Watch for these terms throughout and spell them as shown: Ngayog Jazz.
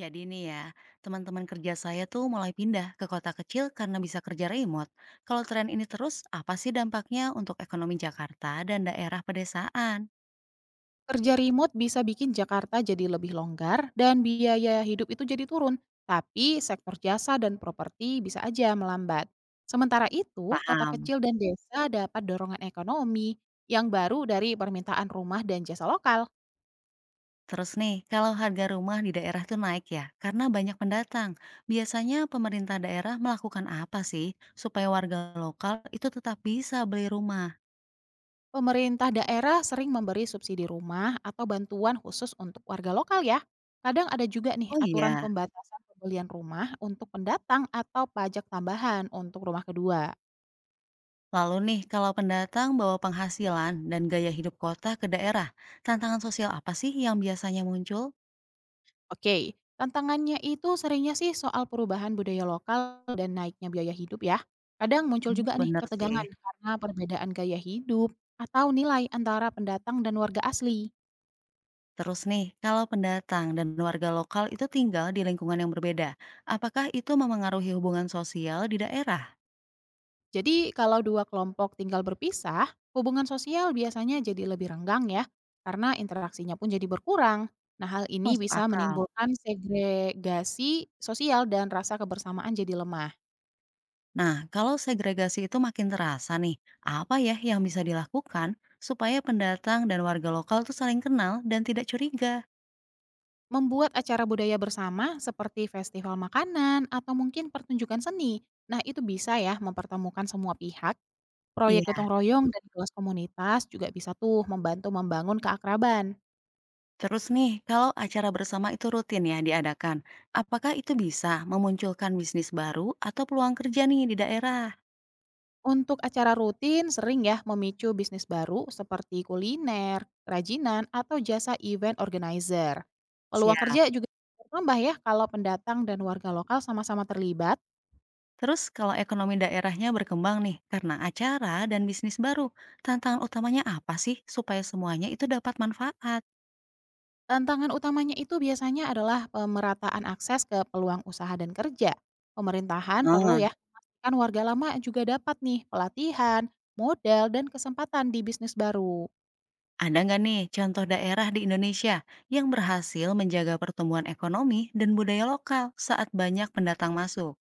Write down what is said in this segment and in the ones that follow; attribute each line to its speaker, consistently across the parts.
Speaker 1: Jadi nih ya, teman-teman kerja saya tuh mulai pindah ke kota kecil karena bisa kerja remote. Kalau tren ini terus, apa sih dampaknya untuk ekonomi Jakarta dan daerah pedesaan?
Speaker 2: Kerja remote bisa bikin Jakarta jadi lebih longgar dan biaya hidup itu jadi turun, tapi sektor jasa dan properti bisa aja melambat. Sementara itu, kota
Speaker 1: Paham.
Speaker 2: kecil dan desa dapat dorongan ekonomi yang baru dari permintaan rumah dan jasa lokal.
Speaker 1: Terus nih, kalau harga rumah di daerah tuh naik ya, karena banyak pendatang. Biasanya pemerintah daerah melakukan apa sih supaya warga lokal itu tetap bisa beli rumah?
Speaker 2: Pemerintah daerah sering memberi subsidi rumah atau bantuan khusus untuk warga lokal ya. Kadang ada juga nih
Speaker 1: Oh
Speaker 2: aturan
Speaker 1: iya.
Speaker 2: pembatasan pembelian rumah untuk pendatang atau pajak tambahan untuk rumah kedua.
Speaker 1: Lalu nih, kalau pendatang bawa penghasilan dan gaya hidup kota ke daerah, tantangan sosial apa sih yang biasanya muncul?
Speaker 2: Oke, tantangannya itu seringnya sih soal perubahan budaya lokal dan naiknya biaya hidup ya. Kadang muncul juga nih
Speaker 1: Bener sih.
Speaker 2: ketegangan karena perbedaan gaya hidup atau nilai antara pendatang dan warga asli.
Speaker 1: Terus nih, kalau pendatang dan warga lokal itu tinggal di lingkungan yang berbeda, apakah itu memengaruhi hubungan sosial di daerah?
Speaker 2: Jadi kalau dua kelompok tinggal berpisah, hubungan sosial biasanya jadi lebih renggang ya, karena interaksinya pun jadi berkurang. Nah hal ini
Speaker 1: Masuk
Speaker 2: bisa
Speaker 1: akal.
Speaker 2: menimbulkan segregasi sosial dan rasa kebersamaan jadi lemah.
Speaker 1: Nah, kalau segregasi itu makin terasa nih, apa ya yang bisa dilakukan supaya pendatang dan warga lokal tuh saling kenal dan tidak curiga?
Speaker 2: Membuat acara budaya bersama seperti festival makanan atau mungkin pertunjukan seni. Nah, itu bisa ya mempertemukan semua pihak. Proyek
Speaker 1: Iya.
Speaker 2: gotong royong dan kelas komunitas juga bisa tuh membantu membangun keakraban.
Speaker 1: Terus nih, kalau acara bersama itu rutin ya diadakan, apakah itu bisa memunculkan bisnis baru atau peluang kerja nih di daerah?
Speaker 2: Untuk acara rutin sering ya memicu bisnis baru seperti kuliner, kerajinan, atau jasa event organizer. Peluang
Speaker 1: Siap.
Speaker 2: kerja juga bertambah ya kalau pendatang dan warga lokal sama-sama terlibat.
Speaker 1: Terus kalau ekonomi daerahnya berkembang nih karena acara dan bisnis baru, tantangan utamanya apa sih supaya semuanya itu dapat manfaat?
Speaker 2: Tantangan utamanya itu biasanya adalah pemerataan akses ke peluang usaha dan kerja. Pemerintahan perlu
Speaker 1: Nah,
Speaker 2: ya memastikan warga lama juga dapat nih pelatihan, modal, dan kesempatan di bisnis baru.
Speaker 1: ada nggak nih contoh daerah di Indonesia yang berhasil menjaga pertumbuhan ekonomi dan budaya lokal saat banyak pendatang masuk?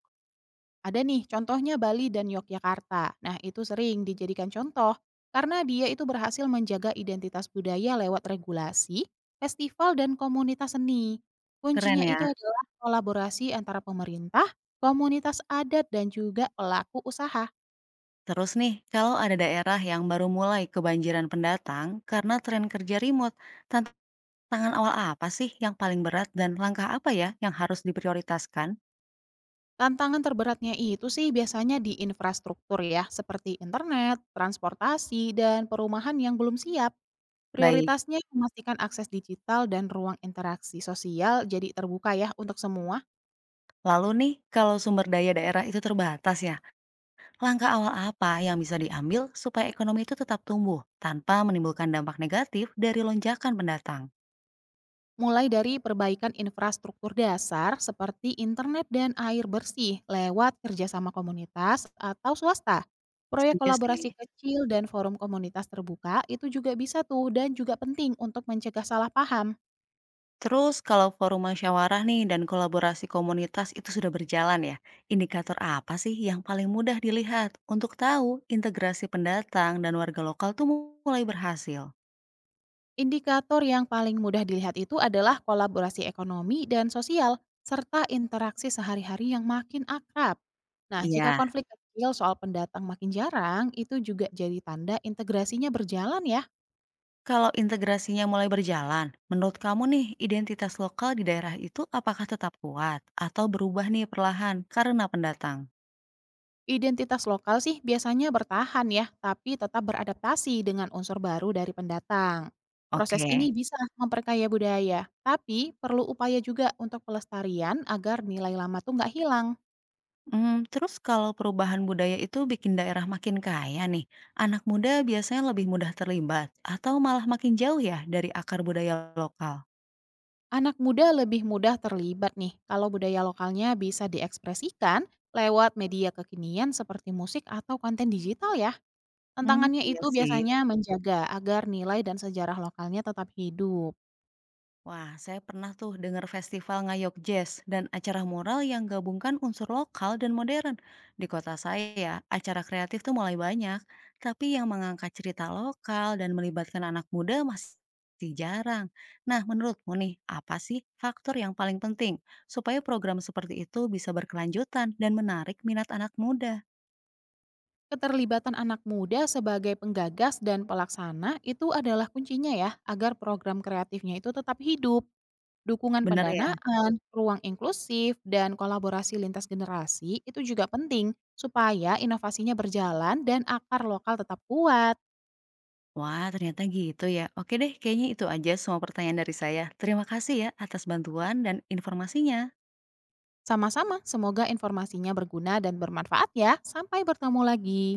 Speaker 2: Ada nih contohnya Bali dan Yogyakarta. Nah itu sering dijadikan contoh karena dia itu berhasil menjaga identitas budaya lewat regulasi, festival, dan komunitas seni.
Speaker 1: Keren
Speaker 2: Kuncinya
Speaker 1: ya.
Speaker 2: itu adalah kolaborasi antara pemerintah, komunitas adat, dan juga pelaku usaha.
Speaker 1: Terus nih, kalau ada daerah yang baru mulai kebanjiran pendatang karena tren kerja remote, tantangan awal apa sih yang paling berat dan langkah apa ya yang harus diprioritaskan?
Speaker 2: Tantangan terberatnya itu sih biasanya di infrastruktur ya, seperti internet, transportasi, dan perumahan yang belum siap.
Speaker 1: Baik.
Speaker 2: Prioritasnya memastikan akses digital dan ruang interaksi sosial jadi terbuka ya untuk semua,
Speaker 1: Lalu nih, kalau sumber daya daerah itu terbatas ya, langkah awal apa yang bisa diambil supaya ekonomi itu tetap tumbuh tanpa menimbulkan dampak negatif dari lonjakan pendatang?
Speaker 2: mulai dari perbaikan infrastruktur dasar seperti internet dan air bersih lewat kerjasama komunitas atau swasta. Proyek
Speaker 1: Setuju sih.
Speaker 2: kolaborasi kecil dan forum komunitas terbuka itu juga bisa tuh dan juga penting untuk mencegah salah paham.
Speaker 1: Terus kalau forum musyawarah nih dan kolaborasi komunitas itu sudah berjalan ya, indikator apa sih yang paling mudah dilihat untuk tahu integrasi pendatang dan warga lokal tuh mulai berhasil?
Speaker 2: Indikator yang paling mudah dilihat itu adalah kolaborasi ekonomi dan sosial, serta interaksi sehari-hari yang makin akrab. Nah, jika
Speaker 1: Iya.
Speaker 2: konflik kecil soal pendatang makin jarang, itu juga jadi tanda integrasinya berjalan ya.
Speaker 1: Kalau integrasinya mulai berjalan, menurut kamu nih identitas lokal di daerah itu apakah tetap kuat atau berubah nih perlahan karena pendatang?
Speaker 2: Identitas lokal sih biasanya bertahan ya, tapi tetap beradaptasi dengan unsur baru dari pendatang. Proses
Speaker 1: Oke.
Speaker 2: ini bisa memperkaya budaya, tapi perlu upaya juga untuk pelestarian agar nilai lama tuh nggak hilang.
Speaker 1: Terus kalau perubahan budaya itu bikin daerah makin kaya nih, anak muda biasanya lebih mudah terlibat atau malah makin jauh ya dari akar budaya lokal?
Speaker 2: Anak muda lebih mudah terlibat nih kalau budaya lokalnya bisa diekspresikan lewat media kekinian seperti musik atau konten digital ya.
Speaker 1: Hmm,
Speaker 2: Tantangannya
Speaker 1: iya
Speaker 2: itu
Speaker 1: sih.
Speaker 2: biasanya menjaga agar nilai dan sejarah lokalnya tetap hidup.
Speaker 1: Wah, saya pernah tuh dengar festival Ngayog Jazz dan acara mural yang gabungkan unsur lokal dan modern. Di kota saya, ya, acara kreatif tuh mulai banyak, tapi yang mengangkat cerita lokal dan melibatkan anak muda masih jarang. Nah, menurutmu nih, apa sih faktor yang paling penting supaya program seperti itu bisa berkelanjutan dan menarik minat anak muda?
Speaker 2: Keterlibatan anak muda sebagai penggagas dan pelaksana itu adalah kuncinya ya agar program kreatifnya itu tetap hidup. Dukungan
Speaker 1: Bener ya?
Speaker 2: pendanaan, ruang inklusif, dan kolaborasi lintas generasi itu juga penting supaya inovasinya berjalan dan akar lokal tetap kuat.
Speaker 1: Wah, ternyata gitu ya. Oke deh, kayaknya itu aja semua pertanyaan dari saya. Terima kasih ya atas bantuan dan informasinya.
Speaker 2: Sama-sama, semoga informasinya berguna dan bermanfaat ya. Sampai bertemu lagi.